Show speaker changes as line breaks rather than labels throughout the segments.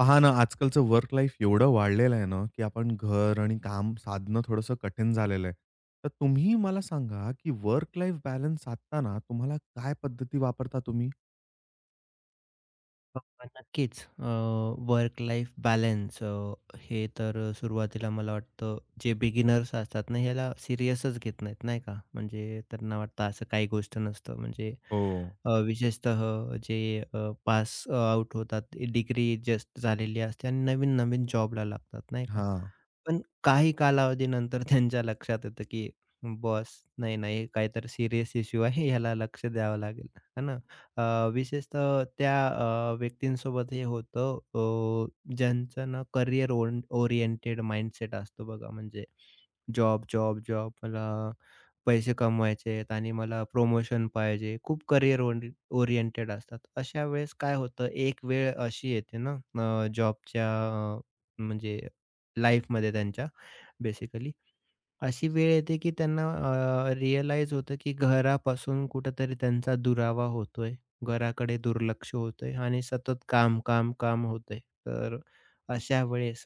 पहा ना, आजकालचं वर्क लाईफ एवढं वाढलेलं आहे ना, की आपण घर आणि काम साधणं थोडंसं कठीण झालेलं आहे. तर तुम्ही मला सांगा, की वर्क लाईफ बॅलन्स साधताना तुम्हाला काय पद्धती वापरता तुम्ही?
हो, नक्कीच. वर्क लाईफ बॅलन्स हे तर सुरुवातीला मला वाटतं जे बिगिनर्स असतात ना, ह्याला सीरियसच घेत नाहीत, नाही का? म्हणजे त्यांना वाटतं असं काही गोष्ट नसतं.
हो.
विशेषतः जे पास आउट होतात, डिग्री जस्ट झालेली असते आणि नवीन-नवीन जॉबला लागतात, नाही का?
हां.
पण काही कालावधीनंतर त्यांच्या लक्षात येतं, की बॉस नाही, नाही, हे काहीतरी सीरियस इश्यू आहे, ह्याला लक्ष द्यावं लागेल, है ना? अ, विशेषतः त्या व्यक्तींसोबत हे होतं ज्यांचं ना करिअर ओन ओरिएंटेड माइंडसेट असतो बघा. म्हणजे जॉब, जॉब, जॉब, मला पैसे कमवायचे आहेत आणि मला प्रमोशन पाहिजे. खूप करिअर ओरिएंटेड असतात. अशा वेळेस काय होतं, एक वेळ अशी येते ना जॉबच्या म्हणजे लाईफमध्ये त्यांच्या, बेसिकली अशी वेळ येते की त्यांना रिअलाईज होतं की घरापासून कुठेतरी त्यांचा दुरावा होतोय. घराकडे दुर्लक्ष होतंय आणि सतत काम, काम, काम होतंय. तर अशा वेळेस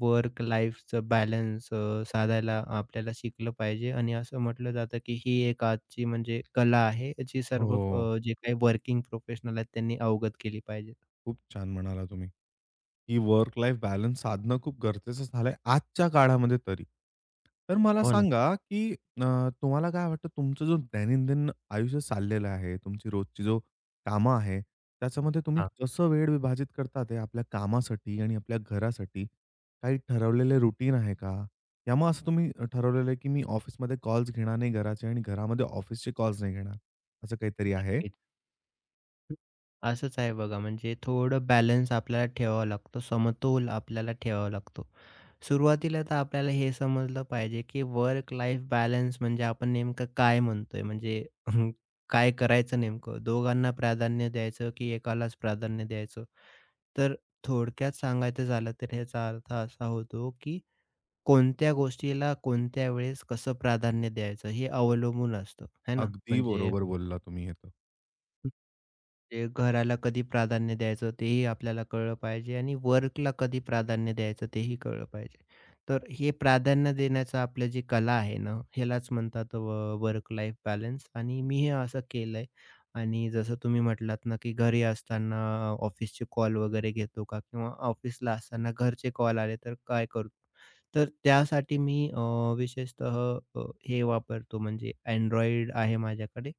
वर्क लाईफचं बॅलन्स साधायला आपल्याला शिकलं पाहिजे आणि असं म्हटलं जातं की ही एक आजची म्हणजे कला आहे, जी सर्व
हो,
जे काही वर्किंग प्रोफेशनल आहेत त्यांनी अवगत केली पाहिजे.
खूप छान म्हणाला तुम्ही. की वर्क लाईफ बॅलन्स साधणं खूप गरजेचं झालंय आजच्या काळामध्ये तरी. तर मला
हो ना.
सांगा, की अ, तुम्हाला काय वाटतं तुमचं जो दैनंदिन आयुष्य चाललेलं आहे, तुमची रोजची जो कामं आहे, त्याच्यामध्ये तुम्ही
हां,
कसं वेळ विभाजित करता ते आपल्या कामासाठी आणि आपल्या घरासाठी? काही ठरवलेले रुटीन आहे का? या मग असं तुम्ही ठरवलेलं आहे, की मी ऑफिसमध्ये कॉल्स घेणार नाही घराचे आणि घरामध्ये ऑफिसचे कॉल्स नाही घेणार, असं काहीतरी आहे?
नक्कीच. असंच आहे बघा, म्हणजे थोडं बॅलन्स आपल्याला ठेवावा लागतो, समतोल आपल्याला ठेवावा लागतो. सुरुवातीला तर आपल्याला हे समजलं पाहिजे, की वर्क लाईफ बॅलन्स म्हणजे आपण नेमकं काय म्हणतोय? म्हणजे काय करायचं नेमकं? दोघांना प्राधान्य द्यायचं, की एकालाच प्राधान्य द्यायचं? तर थोडक्यात सांगायचं झालं तर ह्याचा अर्थ असा होतो, की कोणत्या गोष्टीला कोणत्या वेळेस कसं प्राधान्य द्यायचं हे अवलंबून असतं, है ना?
अगदी
म्हणजे
बरोबर बोलला तुम्ही हे तर.
म्हणजे घराला कधी प्राधान्य द्यायचं तेही आपल्याला कळलं पाहिजे आणि वर्कला कधी प्राधान्य द्यायचं तेही कळलं पाहिजे. तर हे प्राधान्य देण्याचं आपलं जी कला आहे ना, ह्यालाच म्हणतात व वर्क लाईफ बॅलन्स आणि मी हे असं केलंय. आणि जसं तुम्ही म्हटलात ना, की घरी असताना ऑफिसचे कॉल वगैरे घेतो का? किंवा ऑफिसला असताना घरचे कॉल आले तर काय करतो? तर त्यासाठी मी विशेषतः अ, हे वापरतो, म्हणजे Android आहे माझ्याकडे.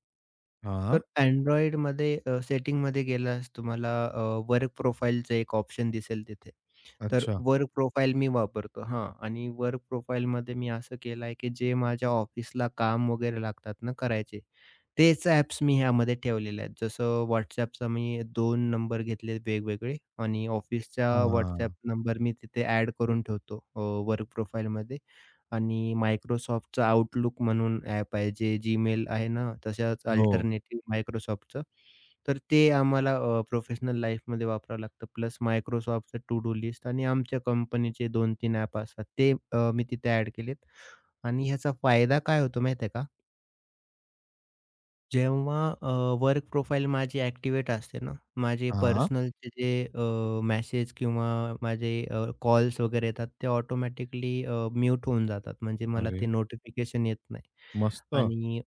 तर Androidमध्ये सेटिंगमध्ये गेल्यास तुम्हाला वर्क प्रोफाइलचं एक ऑप्शन दिसेल तिथे. तर
अच्छा.
वर्क प्रोफाइल मी वापरतो हां, आणि वर्क प्रोफाइलमध्ये मी असं केलं आहे, की जे माझ्या ऑफिसला काम वगैरे लागतात ना करायचे, तेच ॲप्स मी ह्यामध्ये ठेवलेले आहेत. जसं WhatsAppचा मी दोन नंबर घेतले वेगवेगळे आणि ऑफिसचा WhatsApp
हां.
नंबर मी तिथे ॲड करून ठेवतो वर्क प्रोफाईलमध्ये. आणि Microsoftचं आउटलुक म्हणून ॲप आहे, जे जीमेल आहे ना, तशाच
हो.
अल्टरनेटिव्ह Microsoftचं. तर ते आम्हाला प्रोफेशनल लाईफमध्ये वापरावं लागतं. प्लस Microsoftचं टू डू लिस्ट आणि आमच्या कंपनीचे 2-3 ॲप असतात. ते मी तिथे ॲड केलेत. आणि ह्याचा फायदा काय होतो माहिती आहे का? जेव्हा वर्क प्रोफाईल माझी ॲक्टिव्हेट असते ना, माझे
हां.
पर्सनलचे जे मेसेज किंवा माझे कॉल्स वगैरे येतात, ते ऑटोमॅटिकली म्यूट होऊन जातात. म्हणजे मला
अरे!
ते नोटिफिकेशन येत नाही.
मस्त.
आणि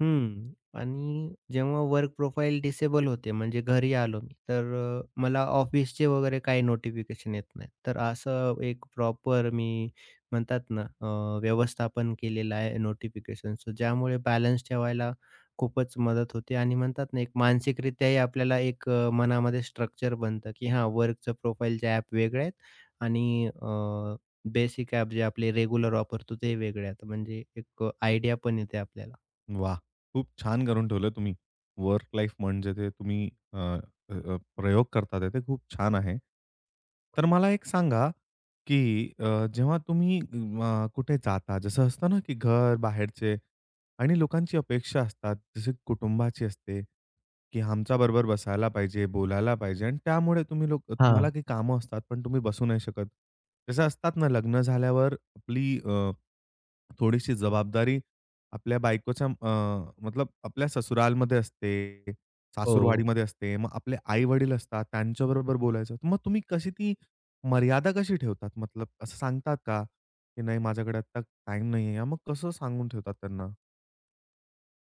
हं. आणि जेव्हा वर्क प्रोफाइल डिसेबल होते, म्हणजे घरी आलो मी, तर मला ऑफिसचे वगैरे काही नोटिफिकेशन येत नाहीत. तर असं एक प्रॉपर मी म्हणतात ना, व्यवस्थापन केलेलं आहे नोटिफिकेशनचं, ज्यामुळे बॅलन्स ठेवायला खूपच मदत होते. आणि म्हणतात ना, एक मानसिकरित्याही आपल्याला एक मनामध्ये स्ट्रक्चर बनतं, की हां, वर्कचं प्रोफाइलचे ॲप वेगळे आहेत आणि बेसिक ॲप जे आपले रेग्युलर वापरतो ते वेगळे आहेत. म्हणजे एक आयडिया पण येते आपल्याला.
वाह! खूप छान करून ठेवलं तुम्ही. वर्क लाईफ म्हणजे ते तुम्ही अ, अ, अ, प्रयोग करतात आहे, ते खूप छान आहे. तर मला एक सांगा, की जेव्हा तुम्ही कुठे जाता, जसं असतं ना, की घर, बाहेरचे आणि लोकांची अपेक्षा असतात, जसे कुटुंबाची असते, की आमच्याबरोबर बसायला पाहिजे, बोलायला पाहिजे आणि त्यामुळे तुम्ही लोक तुम्हाला काही कामं असतात, पण तुम्ही बसू नाही शकत. जसं असतात ना, लग्न झाल्यावर आपली थोडीशी जबाबदारी आपल्या बायकोच्या मतलब आपल्या ससुरालमध्ये असते,
हो.
सासूरवाडीमध्ये असते. मग आपले आई-वडील असतात, त्यांच्याबरोबर बोलायचं. तर मग तुम्ही कशी ती मर्यादा कशी ठेवतात? मतलब असं सांगतात का, की नाही माझ्याकडे आत्ता टाईम नाहीये? मग कसं सांगून ठेवतात त्यांना?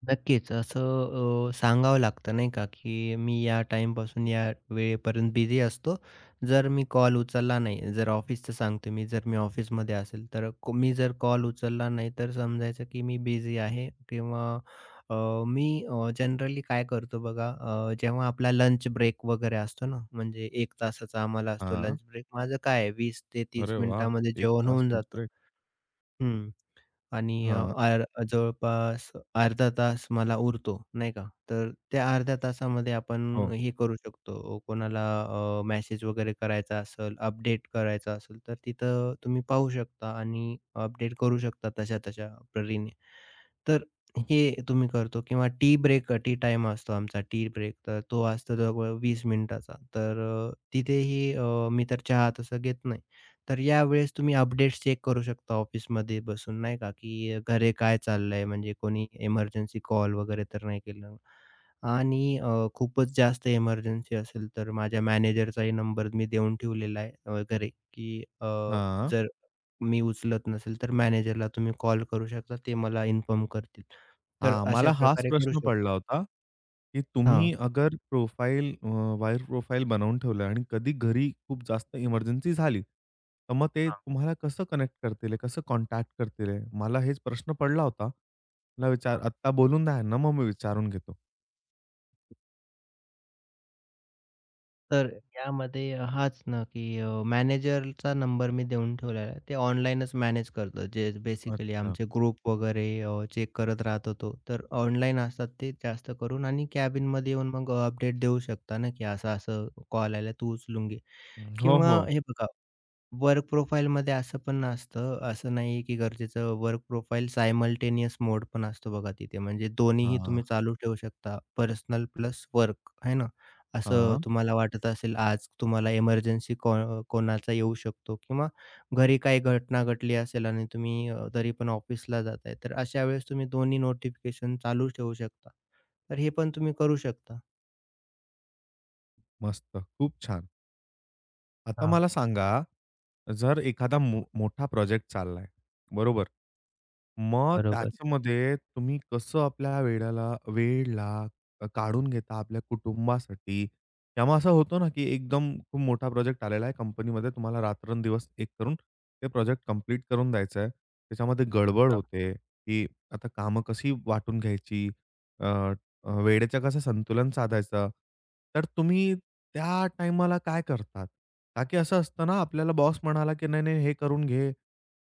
नक्कीच असं सांगावं लागतं नाही का, की मी या टाईमपासून या वेळेपर्यंत बिझी असतो. जर मी कॉल उचलला नाही, जर ऑफिसचं सांगतो मी, जर मी ऑफिसमध्ये असेल, तर मी जर कॉल उचलला नाही, तर समजायचं की मी बिझी आहे. किंवा अ, मी जनरली काय करतो बघा, जेव्हा आपला लंच ब्रेक वगैरे असतो ना, म्हणजे एक तासाचा आम्हाला असतो
हां.
Lunch break. माझं काय आहे, 20 ते 30
अरे वाह!
मिनिटामध्ये
1
जेवण
तास
होऊन
लंच
जातं.
ब्रेक.
हं. आणि अ,
हां.
आर जवळपास अर्धा तास मला उरतो, नाही का? तर त्या अर्ध्या तासामध्ये आपण
हो.
हे करू शकतो, कोणाला अ, वगैरे करायचा असेल, अपडेट करायचा असेल, तर तिथं तुम्ही पाहू शकता आणि अपडेट करू शकता तशा-तशा परीने. तर हे तुम्ही करतो किंवा टी ब्रेक, टी टाइम असतो आमचा टी ब्रेक, तर तो असतो जवळ 20 मिनिटाचा. तर तिथेही मी तर चहा तसं घेत नाही. तर यावेळेस तुम्ही अपडेट्स चेक करू शकता ऑफिसमध्ये बसून नाही का, की घरी काय चाललंय, म्हणजे कोणी इमर्जन्सी कॉल वगैरे तर नाही केलं. आणि खूपच जास्त इमर्जन्सी असेल तर माझ्या मॅनेजरचाही नंबर मी देऊन ठेवलेला आहे घरी, की
हां.
जर मी उचलत नसेल तर मॅनेजरला तुम्ही कॉल करू शकता. ते मला इन्फॉर्म करतील. तर
हां,
अशा
मला हाच
प्रकारे करू
प्रश्न
शकतो.
पडला होता, की
हां,
तुम्ही अगर प्रोफाइल वायर प्रोफाइल बनवून ठेवलं आणि कधी घरी खूप जास्त इमर्जन्सी झाली, तर मग ते
हां.
तुम्हाला कसं कनेक्ट करतील? कसं कॉन्टॅक्ट करतील? मला हेच प्रश्न पडला होता. मला विचार आत्ता बोलून द्या ना, मग मी विचारून घेतो.
तर यामध्ये हाच ना, की मॅनेजरचा नंबर मी देऊन ठेवलेला आहे. ते ऑनलाईनच मॅनेज करतं. जे बेसिकली
अच्छा.
आमचे ग्रुप वगैरे चेक करत राहत होतो. तर ऑनलाईन असतात ते जास्त करून आणि कॅबिनमध्ये येऊन मग अपडेट देऊ शकता ना, की असं-असं कॉल आला, तू उचलून घे
हो,
किंवा
हो.
हे बघा. वर्क प्रोफाईलमध्ये असं पण असतं, असं नाहीये की गरजेचं. वर्क प्रोफाईल सायमल्टेनियस मोड पण असतो बघा तिथे. म्हणजे दोन्हीही
हां,
तुम्ही चालू ठेवू शकता, पर्सनल प्लस वर्क, है ना. असं
हां.
तुम्हाला वाटत असेल आज तुम्हाला इमर्जन्सी कोणाचा येऊ शकतो किंवा घरी काही घटना घडली असेल आणि तुम्ही तरी पण ऑफिसला जाताय. तर अशा वेळेस तुम्ही दोन्ही नोटिफिकेशन चालू ठेवू शकता. तर हे पण तुम्ही करू शकता.
मस्त. खूप छान. आता
हां,
मला सांगा, जर एखादा मोठा प्रोजेक्ट चाललाय, बरोबर? मग
बरोबर.
त्याच्यामध्ये तुम्ही कसं आपल्या वेळेला काढून घेता आपल्या कुटुंबासाठी? किंवा असं होतो ना, की एकदम खूप मोठा प्रोजेक्ट आलेला आहे कंपनीमध्ये. तुम्हाला रात्रंदिवस एक करून ते प्रोजेक्ट कंप्लीट करून द्यायचं आहे. त्याच्यामध्ये गडबड
हां,
होते, की आता कामं कशी वाटून घ्यायची? वेळेचं कसं संतुलन साधायचं. तर तुम्ही त्या टाईमाला काय करतात? का की असं असतं ना, आपल्याला बॉस म्हणाला, की "नाही, नाही, हे करून घे.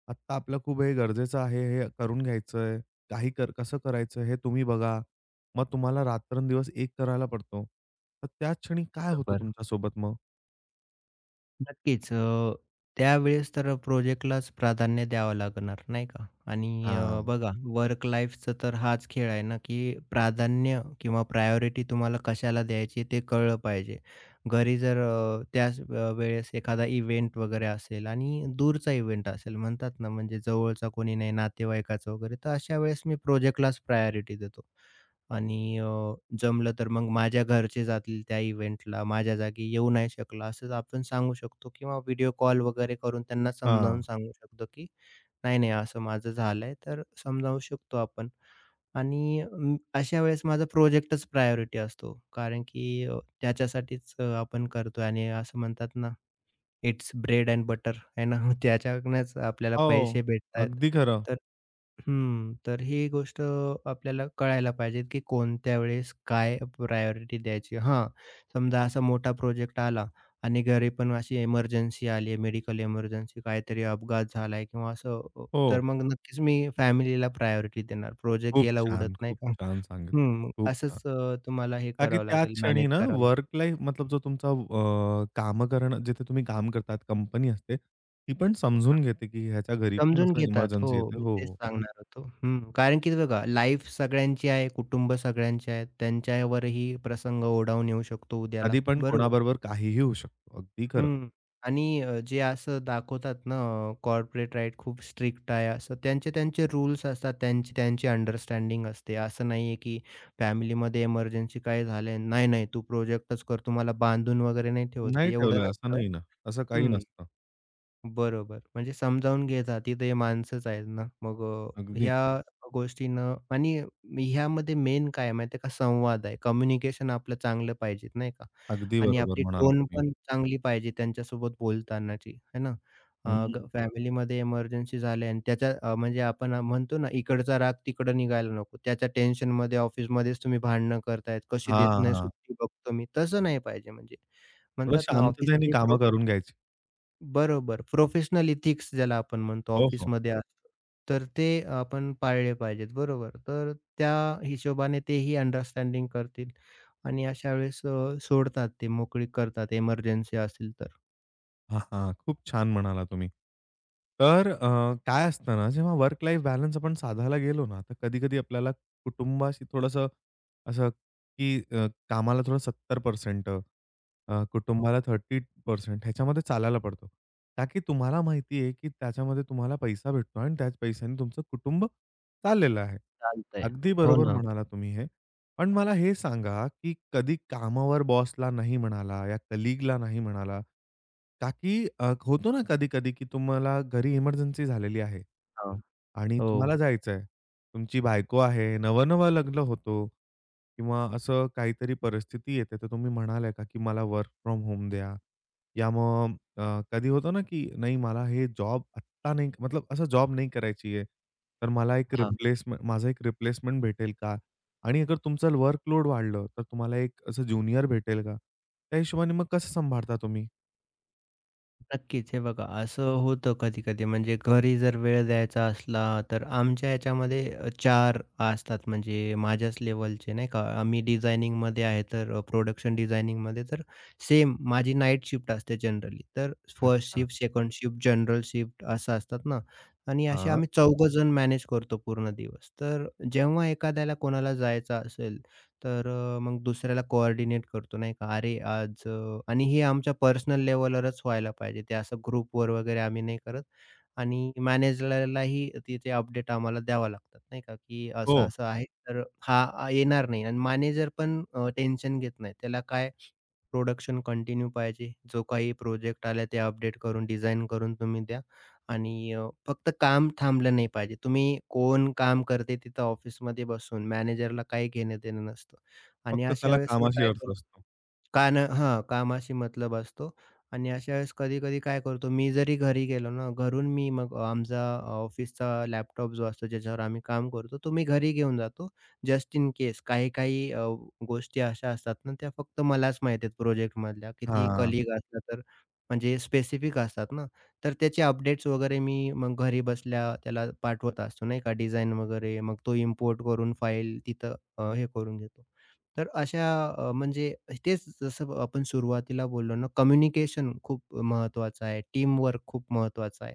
आत्ता आपलं खूप हे गरजेचं आहे, हे करून घ्यायचंय. काही कर कसं करायचं हे तुम्ही बघा." मग तुम्हाला रात्रंदिवस एक करायला पडतो. तर त्या क्षणी काय होतं
बरोबर.
तुमच्यासोबत मग?
नक्कीच. त्यावेळेस तर प्रोजेक्टलाच प्राधान्य द्यावं लागणार नाही का? आणि
हां.
बघा, वर्क लाईफचा तर हाच खेळ आहे ना, की प्राधान्य किंवा प्रायोरिटी तुम्हाला कशाला द्यायची ते कळलं पाहिजे. घरी जर त्याच वेळेस एखादा इव्हेंट वगैरे असेल आणि दूरचा इव्हेंट असेल म्हणतात ना, म्हणजे जवळचा कोणी नाही नातेवाईकाचा वगैरे, तर अशा वेळेस मी प्रोजेक्टलाच प्रायोरिटी देतो. आणि जमलं तर मग माझ्या घरचे जातील त्या इव्हेंटला, माझ्या जागी येऊ नाही शकला असंच आपण सांगू शकतो किंवा व्हिडिओ कॉल वगैरे करून त्यांना
हां.
समजावून सांगू शकतो, की नाही, नाही असं माझं झालंय तर समजावू शकतो आपण. आणि अशा वेळेस माझा प्रोजेक्टच प्रायोरिटी असतो. कारण की त्याच्यासाठीच आपण करतोय आणि असं म्हणतात ना, इट्स ब्रेड एंड बटर आहे ना, त्याच्यातूनच आपल्याला
हो.
पैसे भेटतायत.
अगदी खरं.
तर हं, तर ही गोष्ट आपल्याला कळायला पाहिजे, की कोणत्या वेळेस काय प्रायोरिटी द्यायची. हां, समजा असा मोठा प्रोजेक्ट आला आणि घरी पण अशी इमर्जन्सी आली आहे, मेडिकल इमर्जन्सी, काहीतरी अपघात झालाय किंवा असं
हो.
तर मग नक्कीच मी फॅमिलीला प्रायोरिटी देणार. प्रोजेक्ट
खूप
गेला उडत,
छान,
नाही
खूप
का?
छान सांगितलं.
हं,
खूप छान.
असंच तुम्हाला हे
का की
करावं
त्याच
लागेल,
क्षणी
मॅनेज
ना
करावं लागेल.
वर्क लाईफ मतलब जो तुमचा कामं करणं जिथे तुम्ही काम करतात, कंपनी असते, ती पण समजून घेते, की ह्याच्या घरी पण
समजून
असं
घेतात.
इमर्जन्सी
हो,
येते.
मी
हो,
तेच
हो.
सांगणार होतो. हं, कारण की बघा लाईफ सगळ्यांची आहे, कुटुंब सगळ्यांचे आहेत. त्यांच्यावरही प्रसंग ओढावून येऊ शकतो उद्याला.
कधी पण
बरोबर.
कोणाबरोबर काहीही होऊ शकतो. अगदी खरं.
हं. आणि जे असं दाखवतात ना कॉर्पोरेट राईट खूप स्ट्रिक्ट आहे असं. त्यांचे त्यांचे रूल्स असतात, त्यांची त्यांची अंडरस्टँडिंग असते. असं नाहीये की फॅमिलीमध्ये इमर्जन्सी काय झालंय, नाही, नाही तू प्रोजेक्टच कर, तुम्हाला बांधून वगैरे नाही ठेवत.
नाही
एवढं
ठेवलंय असं
नसतं.
नाही ना. असं काही
हं.
नसतं.
बरोबर. म्हणजे समजावून घेतात तिथे, हे माणसंच आहेत ना. मग हं,
अगदी,
ह्या गोष्टीनं. आणि ह्यामध्ये मेन काय आहे माहिती आहे का, संवाद आहे. कम्युनिकेशन आपलं चांगलं पाहिजे नाही का?
अगदी
आणि
बरोबर
आपली
म्हणालात
टोन
तुम्ही.
पण चांगली पाहिजे त्यांच्यासोबत बोलतानाची, है ना. अ,
हं.
फॅमिलीमध्ये इमर्जन्सी झाली आणि त्याच्या म्हणजे आपण म्हणतो ना, इकडचा राग तिकडं निघायला नको. त्याच्या टेन्शनमध्ये ऑफिसमध्येच तुम्ही भांडणं करतायत. कशी देत
हां,
नाही
हां.
सुट्टी बघतो मी. तसं नाही पाहिजे म्हणजे.
थोडं
म्हणतात ना
शांततेने
ऑफिसचंही
कामं करून घ्यायची.
बरोबर. प्रोफेशनल इथिक्स ज्याला आपण म्हणतो
हो, हो.
ऑफिसमध्ये असतो. तर ते आपण पाळले पाहिजेत बरोबर. तर त्या हिशोबाने तेही अंडरस्टँडिंग करतील आणि अशा वेळेस सोडतात ते मोकळीक करतात इमर्जन्सी असेल तर.
हां, हां. खूप छान म्हणाला तुम्ही. तर काय असतं ना, जेव्हा वर्क लाईफ बॅलन्स आपण साधायला गेलो ना, तर कधी-कधी आपल्याला कुटुंबाशी थोडंसं असं, की कामाला थोडं 70% कुटुंबाला 30% ह्याच्यामध्ये चालायला पडतो. का की तुम्हाला माहिती आहे, की त्याच्यामध्ये तुम्हाला पैसा भेटतो आणि त्याच पैशाने तुमचं कुटुंब चाललेलं आहे.
चालतंय.
अगदी
हो
बरोबर
ना.
म्हणाला तुम्ही हे. पण मला हे सांगा, की कधी कामावर बॉसला नाही म्हणाला या कलीगला नाही म्हणाला, का की होतो ना कधी-कधी, की तुम्हाला घरी इमर्जन्सी झालेली आहे
हां.
आणि
हो.
तुम्हाला जायचं आहे. तुमची बायको आहे, नवं-नवं लग्न होतो किंवा असं काहीतरी परिस्थिती येते, तर तुम्ही म्हणाले का, की मला वर्क फ्रॉम होम द्या. या मग कधी होतं ना, की नाही मला हे जॉब आत्ता नाही मतलब असा जॉब नाही करायची आहे. तर मला एक रिप्लेसमेंट माझं एक रिप्लेसमेंट भेटेल का? आणि अगर तुमचं वर्कलोड वाढलं, तर तुम्हाला एक असं ज्युनियर भेटेल का? त्या हिशोबाने मग कसं सांभाळता तुम्ही?
नक्कीच. हे बघा, असं होतं कधी-कधी. म्हणजे घरी जर वेळ द्यायचा असला, तर आमच्या ह्याच्यामध्ये 4 असतात, म्हणजे माझ्याच लेव्हलचे नाही का. आम्ही डिझायनिंगमध्ये आहे, तर प्रोडक्शन प्रोडक्शन डिझायनिंगमध्ये तर सेम माझी नाईट शिफ्ट असते जनरली. तर फर्स्ट
अच्छा.
Shift, second shift, general shift असं असतात ना, आणि असे
हां.
आम्ही 4 जण मॅनेज करतो पूर्ण दिवस. तर जेव्हा एखाद्याला कोणाला जायचं असेल तर मग दुसऱ्याला कोऑर्डिनेट करतो नाही का? "अरे आज" आणि हे आमच्या पर्सनल लेव्हलवरच व्हायला पाहिजे. ते असं ग्रुपवर वगैरे आम्ही नाही करत. आणि मॅनेजरलाही तिथे अपडेट आम्हाला द्यावा लागतात नाही का? की
हो.
असं-असं आहे, तर हा येणार नाही, आणि मॅनेजर पण टेन्शन घेत नाही. त्याला काय, प्रोडक्शन कंटिन्यू पाहिजे. जो काही प्रोजेक्ट आला ते अपडेट करून डिझाइन करून तुम्ही द्या. आणि फक्त काम थांबलं नाही पाहिजे. तुम्ही कोण काम करते तिथं ऑफिसमध्ये बसून मॅनेजरला काही घेणं-देणं नसतं. आणि
फक्त
अशा
त्याला
वेळेस मी
कामाशी
काय
अर्थ
करतो,
असतो.
हां, कामाशी मतलब असतो. आणि अशा वेळेस कधी-कधी काय करतो, मी जरी घरी गेलो ना, घरून मी मग आमचा ऑफिसचा लॅपटॉप जो असतो, ज्याच्यावर आम्ही काम करतो, तो मी घरी घेऊन जातो. जस्ट इन केस, काही-काही गोष्टी अशा असतात ना, त्या फक्त मलाच माहिती आहेत प्रोजेक्टमधल्या. कितीही
हां.
कलीग असला तर, म्हणजे स्पेसिफिक असतात ना, तर त्याचे अपडेट्स वगैरे मी मग घरी बसल्या त्याला पाठवत असतो, नाही का, डिझाइन वगैरे. मग तो इम्पोर्ट करून फाईल तिथं हे करून घेतो. तर अशा म्हणजे तेच जसं आपण सुरुवातीला बोललो ना, कम्युनिकेशन खूप महत्त्वाचं आहे. टीमवर्क खूप महत्त्वाचं आहे.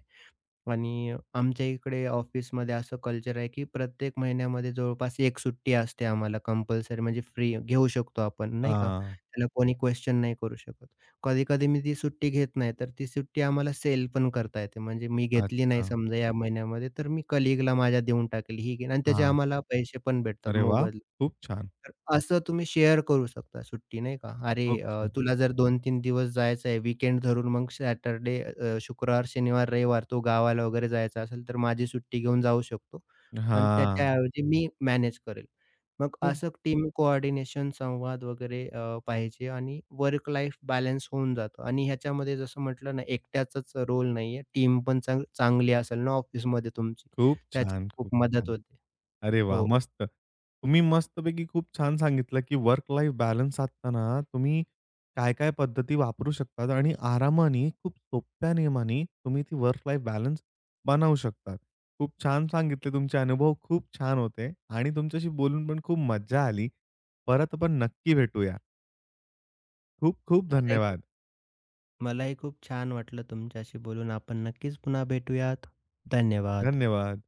आणि आमच्या इकडे ऑफिसमध्ये असं कल्चर आहे, की प्रत्येक महिन्यामध्ये जवळपास 1 सुट्टी असते आम्हाला कंपल्सरी, म्हणजे फ्री घेऊ शकतो आपण नाही का?
हां.
त्याला कोणी क्वेशन नाही करू शकत. कधी-कधी मी ती सुट्टी घेत नाही, तर ती सुट्टी आम्हाला सेल पण करता येते. म्हणजे मी घेतली नाही
अच्छा.
समजा या महिन्यामध्ये, तर मी कलीगला माझ्या देऊन टाकेल. ही घेईन आणि त्याचे
हां.
आम्हाला पैसे पण भेटतात.
अरे वाह! खूप छान,
तर असं तुम्ही शेअर करू शकता सुट्टी नाही का. अरे
खूप छान.
तुला जर 2 तीन दिवस जायचं आहे वीकेंड धरून, मग सॅटरडे शुक्रवार, शनिवार, रविवार तो गावाला वगैरे जायचा असेल तर माझी सुट्टी घेऊन जाऊ शकतो आणि
हां.
त्याच्याऐवजी मी मॅनेज करेल. मग
खूप
असं टीम कोऑर्डिनेशन, संवाद वगैरे पाहिजे आणि वर्क लाईफ बॅलन्स होऊन जातो. आणि ह्याच्यामध्ये जसं म्हटलं ना, एकट्याचाच रोल नाहीये. टीम पण चांगली असेल ना ऑफिसमध्ये तुमची,
खूप
त्याची
छान, खूप
खूप मदत
छान.
होते.
अरे वाह!
हो.
मस्त. तुम्ही मस्तपैकी खूप छान सांगितलं, की वर्क लाईफ बॅलन्स साधताना तुम्ही काय-काय पद्धती वापरू शकतात आणि आरामाने खूप सोप्या नियमाने तुम्ही ती वर्क लाईफ बॅलन्स बनवू शकतात. खूप छान सांगितले तुमचे अनुभव खूप छान होते आणि तुमच्याशी बोलून पण खूप मज्जा आली. परत आपण नक्की भेटूया. खूप खूप
मला एक
धन्यवाद.
मलाही खूप छान वाटलं तुमच्याशी बोलून. आपण नक्कीच पुन्हा भेटूयात. धन्यवाद.
धन्यवाद.